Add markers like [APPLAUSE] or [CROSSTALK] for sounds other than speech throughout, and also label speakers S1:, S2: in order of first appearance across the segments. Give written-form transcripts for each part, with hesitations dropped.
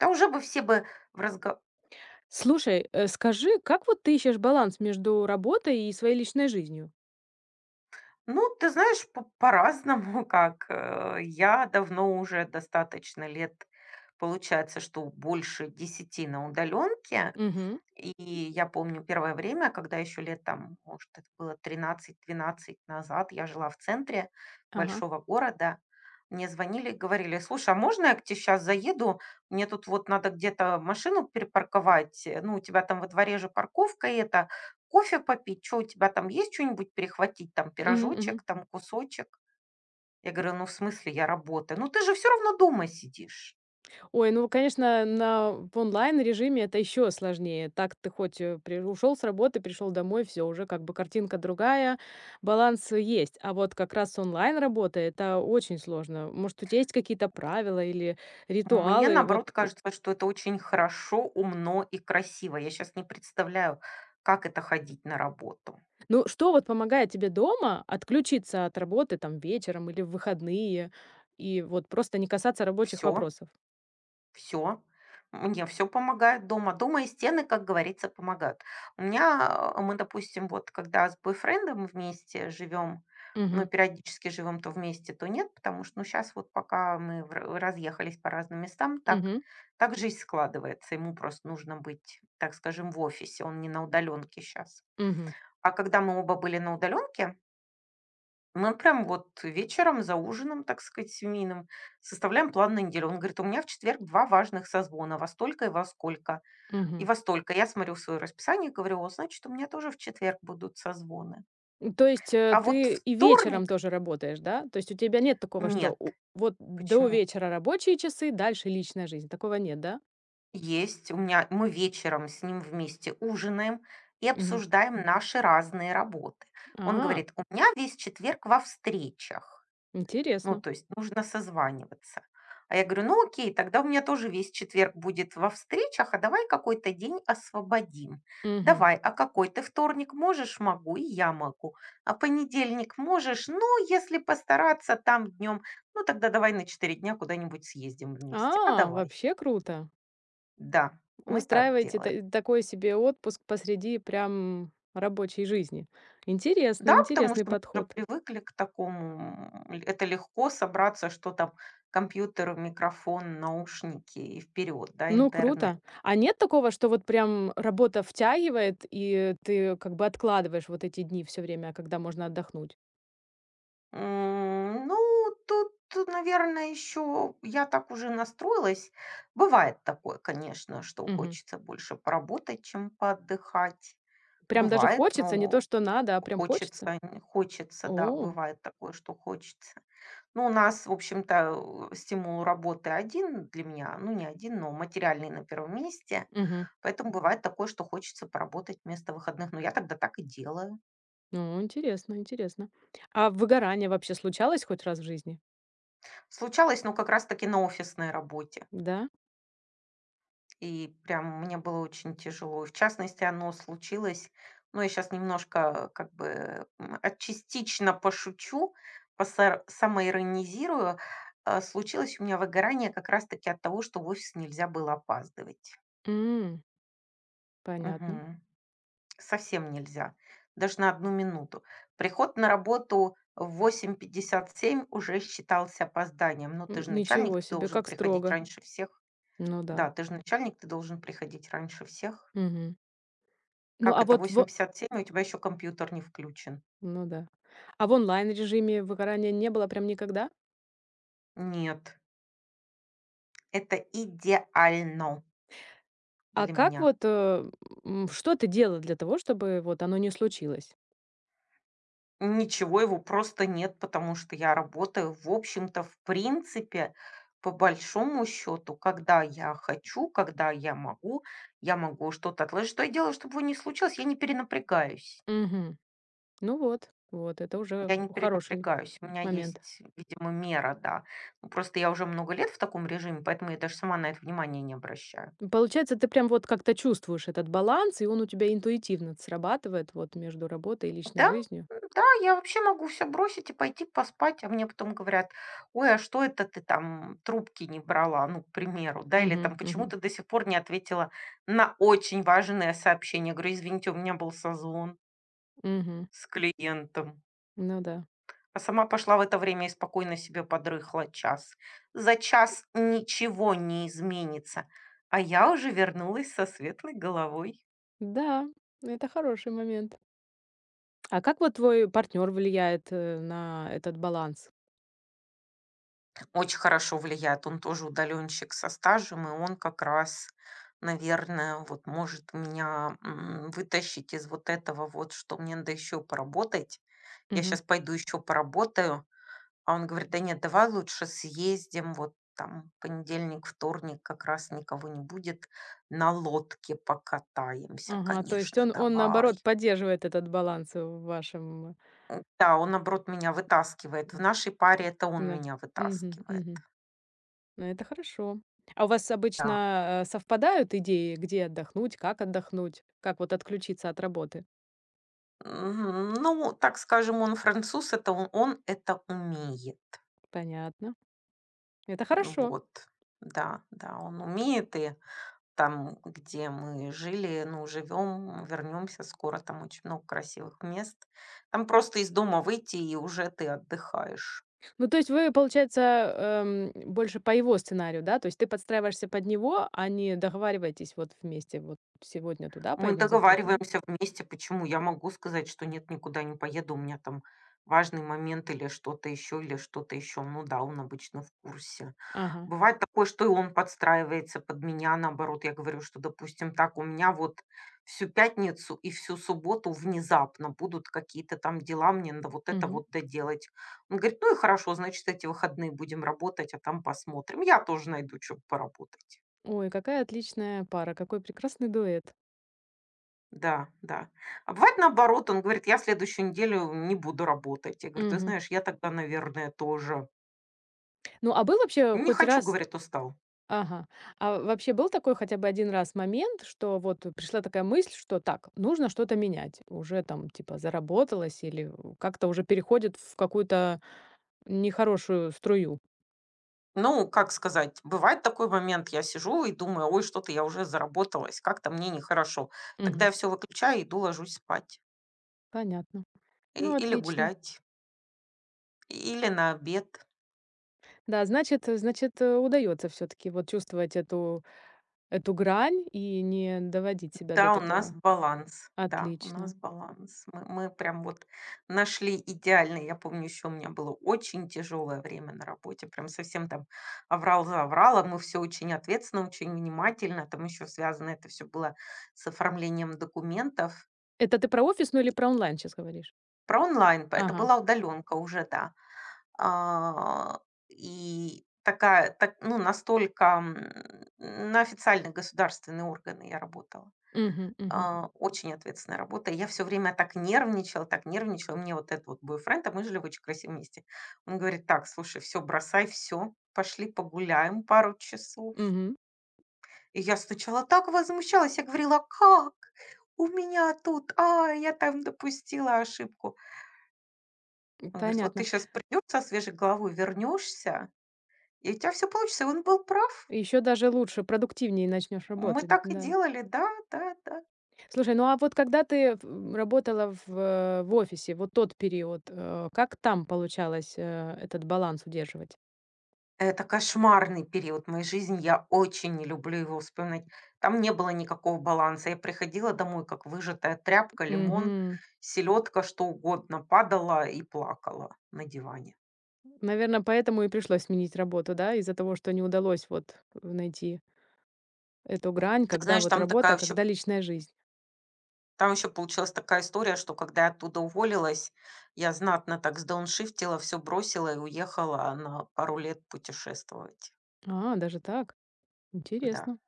S1: Да уже бы все бы в разго
S2: Слушай, скажи, как вот ты ищешь баланс между работой и своей личной жизнью?
S1: Ну, ты знаешь, по по-разному [LAUGHS] как. Я давно уже достаточно лет, получается, что больше 10 на удаленке.
S2: Мгм.
S1: И я помню первое время, когда еще лет там, может, это было 13-12 назад, я жила в центре
S2: Ага.
S1: большого города. Мне звонили, говорили, слушай, а можно я к тебе сейчас заеду? Мне тут вот надо где-то машину перепарковать. Ну, у тебя там во дворе же парковка и это. Кофе попить, что у тебя там есть что-нибудь перехватить? Там
S2: Мгм,
S1: пирожочек,
S2: мгм.
S1: там кусочек. Я говорю, ну, в смысле, я работаю. Ну, ты же все равно дома сидишь.
S2: Ой, ну, конечно, на в онлайн-режиме это еще сложнее. Так ты хоть, ушел с работы, пришел домой, все уже как бы картинка другая, баланс есть. А вот как раз онлайн-работа- это очень сложно. Может, у тебя есть какие-то правила или
S1: Мне,
S2: ритуалы?
S1: наоборот, кажется, что это очень хорошо, умно и красиво. Я сейчас не представляю, как это ходить на работу.
S2: Ну, что вот помогает тебе дома отключиться от работы там вечером или в выходные и вот просто не касаться рабочих
S1: Все,
S2: вопросов?
S1: все, мне все помогает дома. Дома и стены, как говорится, помогают. Мы, допустим, вот когда с бойфрендом вместе живем, ну,
S2: Мгм.
S1: периодически живем то вместе, то нет, потому что, ну, сейчас вот пока мы в ра разъехались по разным местам, так
S2: Мгм.
S1: так жизнь складывается. Ему просто нужно быть, так скажем, в офисе. Он не на удаленке сейчас.
S2: Мгм.
S1: А когда мы оба были на удаленке, мы прям вот вечером за ужином, так сказать, семейным, составляем план на неделю. Он говорит, у меня в четверг два важных созвона, во столько и во сколько. И
S2: Мгм.
S1: во столько. Я смотрю свое расписание и говорю, о, значит, у меня тоже в четверг будут созвоны.
S2: М, то есть,
S1: А вот
S2: ты и вечером
S1: вторник
S2: тоже работаешь, да? То есть у тебя нет такого, что у
S1: нет.
S2: вот до
S1: Почему?
S2: вечера рабочие часы, дальше личная жизнь. Такого нет, да?
S1: Есть. У меня Мы вечером с ним вместе ужинаем и
S2: Мгм.
S1: обсуждаем наши разные работы. Он
S2: А,
S1: говорит, у меня весь четверг во встречах. Ну,
S2: интересно.
S1: то есть нужно созваниваться. А я говорю, ну окей, тогда у меня тоже весь четверг будет во встречах, а давай какой-то день освободим.
S2: Мгм.
S1: Давай, а какой ты вторник можешь, могу, и я могу. А понедельник можешь, ну, если постараться там днем, ну тогда давай на 4 дня куда-нибудь съездим вместе. А
S2: А,
S1: давай.
S2: вообще круто.
S1: Да, мы так
S2: Устраиваете та
S1: делаем.
S2: такой себе отпуск посреди прям рабочей жизни. Интересный
S1: Да, потому
S2: интересный
S1: что мы уже
S2: подход.
S1: привыкли к такому, это легко собраться, что там компьютер, микрофон, наушники и вперед, да,
S2: Ну,
S1: интернет.
S2: круто. А нет такого, что вот прям работа втягивает, и ты как бы откладываешь вот эти дни все время, когда можно отдохнуть?
S1: Ну, тут, наверное, еще я так уже настроилась. Бывает такое, конечно, что
S2: Мгм.
S1: хочется больше поработать, чем поотдыхать.
S2: Прям даже
S1: Бывает,
S2: хочется, не то,
S1: но
S2: что надо, а прям хочется?
S1: хочется, не хочется, да,
S2: О,
S1: бывает такое, что хочется. Ну, у нас, в общем-то, стимул работы один для меня, ну, не один, но материальный на первом месте.
S2: мгм.
S1: Поэтому бывает такое, что хочется поработать вместо выходных. Но я тогда так и делаю.
S2: Ну, интересно интересно. А выгорание вообще случалось хоть раз в жизни?
S1: Случалось, ну, как раз-таки на офисной работе.
S2: Да?
S1: И прям мне было очень тяжело. И в частности, оно случилось, ну, я сейчас немножко как бы частично пошучу, самоиронизирую. Случилось у меня выгорание как раз-таки от того, что в офис нельзя было опаздывать.
S2: М, понятно.
S1: Мгм. Совсем нельзя. Даже на одну минуту. Приход на работу в 8:57 уже считался опозданием. Но ты
S2: М,
S1: же начальник,
S2: ничего
S1: ты
S2: себе,
S1: должен
S2: как
S1: приходить
S2: строго.
S1: раньше всех.
S2: Ну да.
S1: Да, ты же начальник, ты должен приходить раньше всех.
S2: Мгм. Ну,
S1: Как
S2: а
S1: это
S2: вот в
S1: 8:57, и у тебя еще компьютер не включен?
S2: ну да. А в онлайн-режиме выгорания не было прям никогда?
S1: Нет, это идеально
S2: А
S1: для
S2: как
S1: меня.
S2: вот, э, м, что ты делала для того, чтобы вот оно не случилось?
S1: Ничего его просто нет, потому что я работаю, в общем-то, в принципе, по большому счету, когда я хочу, когда я могу что-то отложить. Что я делаю, чтобы его не случилось? Я не перенапрягаюсь.
S2: Мгм. Ну вот, вот это уже
S1: Я не
S2: хороший
S1: перенапрягаюсь. У меня
S2: момент.
S1: есть, видимо, мера, да. Ну, просто я уже много лет в таком режиме, поэтому я даже сама на это внимание не обращаю.
S2: Получается, ты прям вот как-то чувствуешь этот баланс, и он у тебя интуитивно срабатывает вот между работой и личной
S1: Да,
S2: жизнью.
S1: да, я вообще могу все бросить и пойти поспать, а мне потом говорят: "Ой, а что это ты там трубки не брала?" Ну, к примеру, да, или
S2: Угу,
S1: там: "Почему
S2: угу,
S1: ты до сих пор не ответила на очень важное сообщение?" Я говорю: "Извините, у меня был созвон
S2: угу.
S1: с клиентом".
S2: Ну да.
S1: А сама пошла в это время и спокойно себе подрыхла час. За час ничего не изменится, а я уже вернулась со светлой головой.
S2: Да, это хороший момент. А как вот твой партнер влияет, на этот баланс?
S1: Очень хорошо влияет. Он тоже удалёнщик со стажем, и он как раз, наверное, вот может меня, вытащить из вот этого вот, что мне надо ещё поработать. Я сейчас пойду ещё поработаю. А он говорит: "Да нет, давай лучше съездим, вот там понедельник, вторник как раз никого не будет, на лодке покатаемся".
S2: Ага, то есть
S1: Конечно,
S2: он, наоборот,
S1: давай.
S2: поддерживает этот баланс в вашем,
S1: Да, он, наоборот, меня вытаскивает. В
S2: м,
S1: нашей паре это он
S2: на
S1: меня
S2: Мгм,
S1: вытаскивает.
S2: мгм. Ну, это хорошо. А у вас
S1: Да.
S2: обычно, совпадают идеи, где отдохнуть, как вот отключиться от работы?
S1: Мгм. Ну, так скажем, он француз, это он это умеет.
S2: Понятно. Это
S1: Ну
S2: хорошо.
S1: вот, да, да, он умеет, и там, где мы жили, ну, живем, вернемся скоро, там очень много красивых мест. Там просто из дома выйти, и уже ты отдыхаешь.
S2: Ну, то есть вы, получается, больше по его сценарию, да? То есть ты подстраиваешься под него, а не договариваетесь вот вместе: "Вот сегодня туда
S1: Мы
S2: поедем, завтра туда".
S1: договариваемся вместе. Почему? Я могу сказать, что нет, никуда не поеду, у меня там важный момент или что-то еще, или что-то еще. Ну да, он обычно в курсе.
S2: Ага,
S1: Бывает такое, что и он подстраивается под меня, наоборот. Я говорю, что, допустим, так, у меня вот всю пятницу и всю субботу внезапно будут какие-то там дела, мне надо вот это
S2: мгм.
S1: вот доделать. Он говорит, ну и хорошо, значит, эти выходные будем работать, а там посмотрим. Я тоже найду, что поработать.
S2: Ой, какая отличная пара, какой прекрасный дуэт.
S1: Да, да. А бывает наоборот, он говорит: "Я следующую неделю не буду работать". Я говорю: "Ты
S2: Мгм.
S1: знаешь, я тогда, наверное, тоже
S2: Ну, а был вообще
S1: не
S2: хоть
S1: хочу", —
S2: раз
S1: говорит, "устал".
S2: Ага. А вообще был такой хотя бы один раз момент, что вот пришла такая мысль, что так, нужно что-то менять. Уже там типа заработалось или как-то уже переходит в какую-то нехорошую струю?
S1: Ну, как сказать, бывает такой момент, я сижу и думаю: "Ой, что-то я уже заработалась, как-то мне нехорошо". Тогда я
S2: Мгм.
S1: все выключаю, иду ложусь спать
S2: Понятно. Ну,
S1: или
S2: отлично.
S1: гулять, или на обед.
S2: Да, значит, удаётся всё-таки вот чувствовать эту грань и не доводить себя до
S1: Да, у нас
S2: такого.
S1: баланс. Да, у
S2: Отлично.
S1: нас баланс. Мы прям вот нашли идеальный. Я помню, еще у меня было очень тяжелое время на работе. Прям совсем там аврал за авралом. Мы все очень ответственно, очень внимательно. Там еще связано это все было с оформлением документов.
S2: Это ты про офисную или про онлайн сейчас говоришь?
S1: Про онлайн, это
S2: Ага.
S1: была удаленка уже, да. А, И такая, так, ну, настолько на официальные государственные органы я работала.
S2: Мгм, мгм,
S1: Очень ответственная работа. И я все время так нервничала, так нервничала. Мне вот этот вот бойфренд, а мы жили в очень красивом месте. Он говорит: "Так, слушай, все бросай все, пошли погуляем пару часов".
S2: мгм.
S1: И я сначала так возмущалась, я говорила: "Как? У меня тут, я там допустила ошибку". Он говорит: "Вот ты
S2: Понятно.
S1: сейчас придешь со свежей головой, вернешься, и у тебя все получится". И он был прав.
S2: Еще даже лучше, продуктивнее начнешь
S1: Мы
S2: работать,
S1: так и
S2: да.
S1: делали, да, да, да.
S2: Слушай, ну а вот когда ты в м, работала в, в офисе, вот тот период, как там получалось, этот баланс удерживать?
S1: Это кошмарный период моей жизни. Я очень не люблю его вспоминать. Там не было никакого баланса. Я приходила домой, как выжатая тряпка, лимон,
S2: Мгм.
S1: селедка, что угодно, падала и плакала на диване.
S2: Наверное, поэтому и пришлось сменить работу, да, из-за того, что не удалось вот найти эту грань,
S1: Ты
S2: когда
S1: знаешь,
S2: вот работа, а когда личная жизнь.
S1: там еще получилась такая история, что когда я оттуда уволилась, я знатно так сдауншифтила, все бросила и уехала на пару лет путешествовать.
S2: А, даже так.
S1: Да.
S2: Интересно.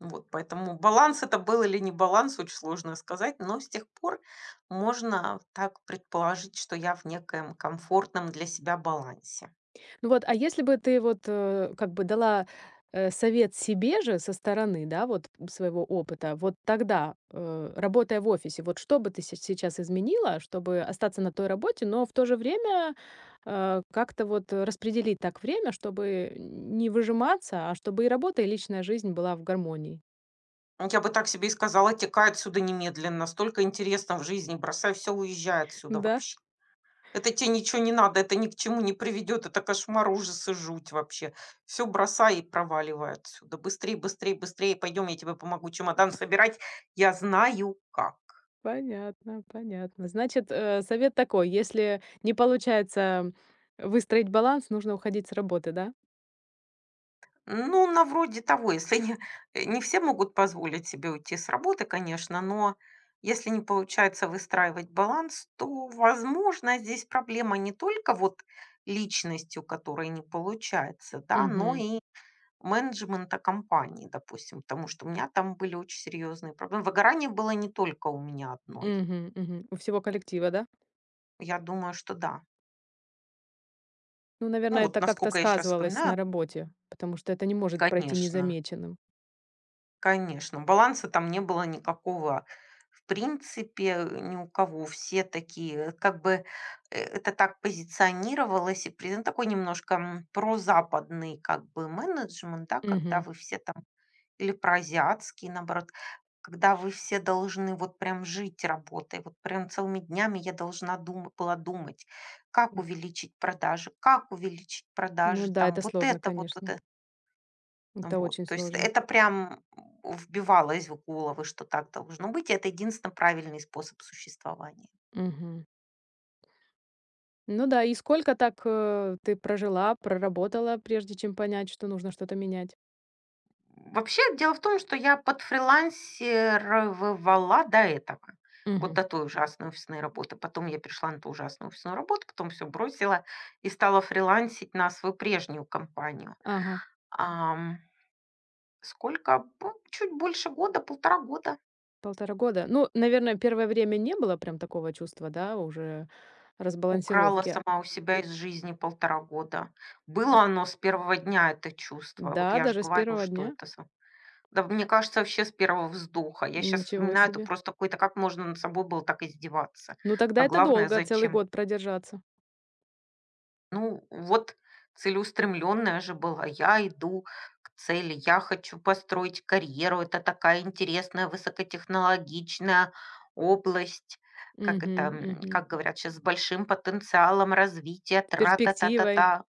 S1: Вот, поэтому баланс это был или не баланс, очень сложно сказать, но с тех пор можно так предположить, что я в некоем комфортном для себя балансе.
S2: Ну вот, а если бы ты вот, как бы дала, совет себе же со стороны, да, вот своего опыта, вот тогда, работая в офисе, вот что бы ты се сейчас изменила, чтобы остаться на той работе, но в то же время, как-то вот распределить так время, чтобы не выжиматься, а чтобы и работа, и личная жизнь была в гармонии?
S1: Я бы так себе и сказала: "Текай отсюда немедленно, столько интересного в жизни, бросай все, уезжай отсюда
S2: Да,
S1: вообще. Это тебе ничего не надо, это ни к чему не приведет, это кошмар, ужас и жуть вообще. Все бросай и проваливай отсюда. Быстрее, быстрее, быстрее, пойдем, я тебе помогу чемодан собирать. Я знаю как".
S2: понятно, понятно. Значит, совет такой: если не получается выстроить баланс, нужно уходить с работы, да?
S1: Ну, на вроде того, если не, э, не все могут позволить себе уйти с работы, конечно, но если не получается выстраивать баланс, то, возможно, здесь проблема не только вот личностью, которой не получается, да, но
S2: Мгм.
S1: и менеджмента компании, допустим, потому что у меня там были очень серьезные проблемы. Выгорание было не только у меня одной.
S2: Мгм, мгм. У всего коллектива, да?
S1: Я думаю, что да.
S2: Ну,
S1: Ну,
S2: наверное,
S1: вот
S2: это как-то
S1: насколько я сейчас
S2: сказывалось
S1: вспоминаю,
S2: на работе, потому что это не может пройти
S1: конечно.
S2: незамеченным.
S1: Конечно, баланса там не было никакого. В принципе, ни у кого. Все такие, как бы это так позиционировалось, и президент такой немножко прозападный как бы менеджмент, да, когда
S2: Мгм.
S1: вы все там, или проазиатский, наоборот, когда вы все должны вот прям жить работой, вот прям целыми днями я должна была думать,
S2: М.
S1: как увеличить
S2: Ну
S1: продажи,
S2: да,
S1: там
S2: это
S1: вот
S2: сложно,
S1: это вот, вот
S2: конечно. Это
S1: вот.
S2: очень
S1: То есть
S2: сложно.
S1: это прям вбивалось в головы, что так должно быть. И это единственно правильный способ существования.
S2: Мгм. Ну да, и сколько так, ты прожила, проработала, прежде чем понять, что нужно что-то менять?
S1: Вообще, дело в том, что я подфрилансировала до этого. Вот
S2: Мгм.
S1: до той ужасной офисной работы. Потом я перешла на ту ужасную офисную работу, потом все бросила и стала фрилансить на свою прежнюю компанию.
S2: Ага,
S1: Ам, Сколько? Ну, чуть больше года, полтора года.
S2: Полтора года. Ну, наверное, первое время не было прям такого чувства, да, уже
S1: Украла
S2: разбалансировки.
S1: сама у себя из жизни полтора года. Было
S2: М,
S1: оно с первого дня, это чувство. Вот
S2: да,
S1: я же
S2: даже с
S1: говорю,
S2: первого
S1: что
S2: дня?
S1: это са Да мне кажется, вообще с первого вздоха. Я сейчас
S2: Ничего
S1: вспоминаю, это
S2: себе.
S1: просто какой-то как можно над собой было так издеваться?
S2: Ну, тогда
S1: А
S2: это
S1: главное,
S2: долго, целый
S1: зачем?
S2: год продержаться.
S1: Ну, вот целеустремленная же была. Я иду к цели, я хочу построить карьеру. Это такая интересная, высокотехнологичная область, как это,
S2: Мгм, мгм.
S1: как говорят сейчас, с большим потенциалом развития,
S2: С перспективой,
S1: тра-та-та-та-та.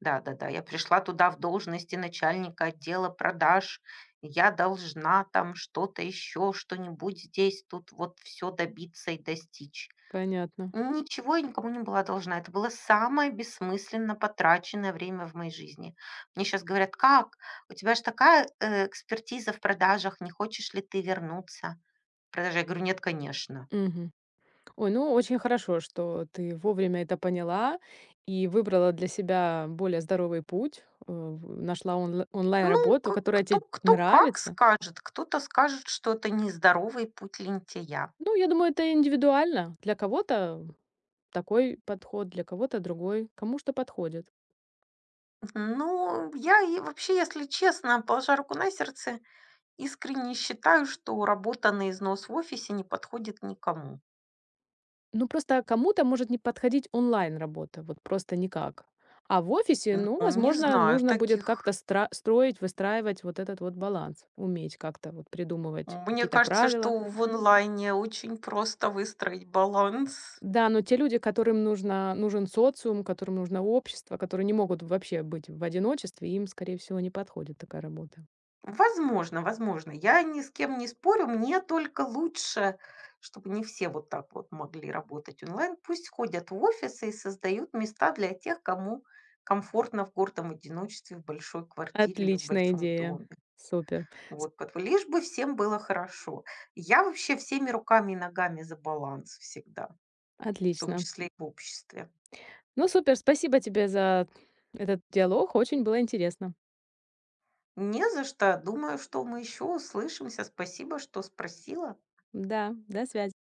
S1: Да-да-да, я пришла туда в должности начальника отдела продаж. Я должна там что-то еще, что-нибудь здесь, тут вот все добиться и достичь.
S2: понятно.
S1: Ничего я никому не была должна. Это было самое бессмысленно потраченное время в моей жизни. Мне сейчас говорят: "Как? У тебя же такая, экспертиза в продажах, не хочешь ли ты вернуться в продажи?" Я говорю: "Нет, конечно".
S2: Мгм. Ой, ну очень хорошо, что ты вовремя это поняла и выбрала для себя более здоровый путь, э, в нашла
S1: Ну,
S2: онлайн-работу,
S1: к
S2: которая
S1: кто
S2: тебе
S1: кто как
S2: нравится.
S1: скажет. Кто-то скажет, что это нездоровый путь лентяя.
S2: Ну, я думаю, это индивидуально. Для кого-то такой подход, для кого-то другой, кому что подходит.
S1: Ну, я и вообще, если честно, положа руку на сердце, искренне считаю, что работа на износ в офисе не подходит никому.
S2: Ну, просто кому-то может не подходить онлайн-работа, вот просто никак. А в офисе, ну,
S1: Ну, не
S2: возможно,
S1: знаю
S2: нужно будет как-то
S1: таких.
S2: строить, выстраивать вот этот вот баланс, уметь как-то вот придумывать
S1: Мне
S2: какие-то
S1: кажется,
S2: правила.
S1: что в онлайне очень просто выстроить баланс.
S2: Да, но те люди, которым нужно, нужен социум, которым нужно общество, которые не могут вообще быть в одиночестве, им, скорее всего, не подходит такая работа.
S1: Возможно, возможно. Я ни с кем не спорю, мне только лучше, чтобы не все вот так вот могли работать онлайн. Пусть ходят в офисы и создают места для тех, кому комфортно в гордом одиночестве, в большой квартире или в
S2: Отличная
S1: большом доме.
S2: идея. Супер. С-
S1: Вот, лишь бы всем было хорошо. Я вообще всеми руками и ногами за баланс всегда, в том
S2: Отлично.
S1: числе и в обществе.
S2: Ну, супер, спасибо тебе за этот диалог. Очень было интересно.
S1: Не за что. Думаю, что мы еще услышимся. Спасибо, что спросила.
S2: Да, до связи.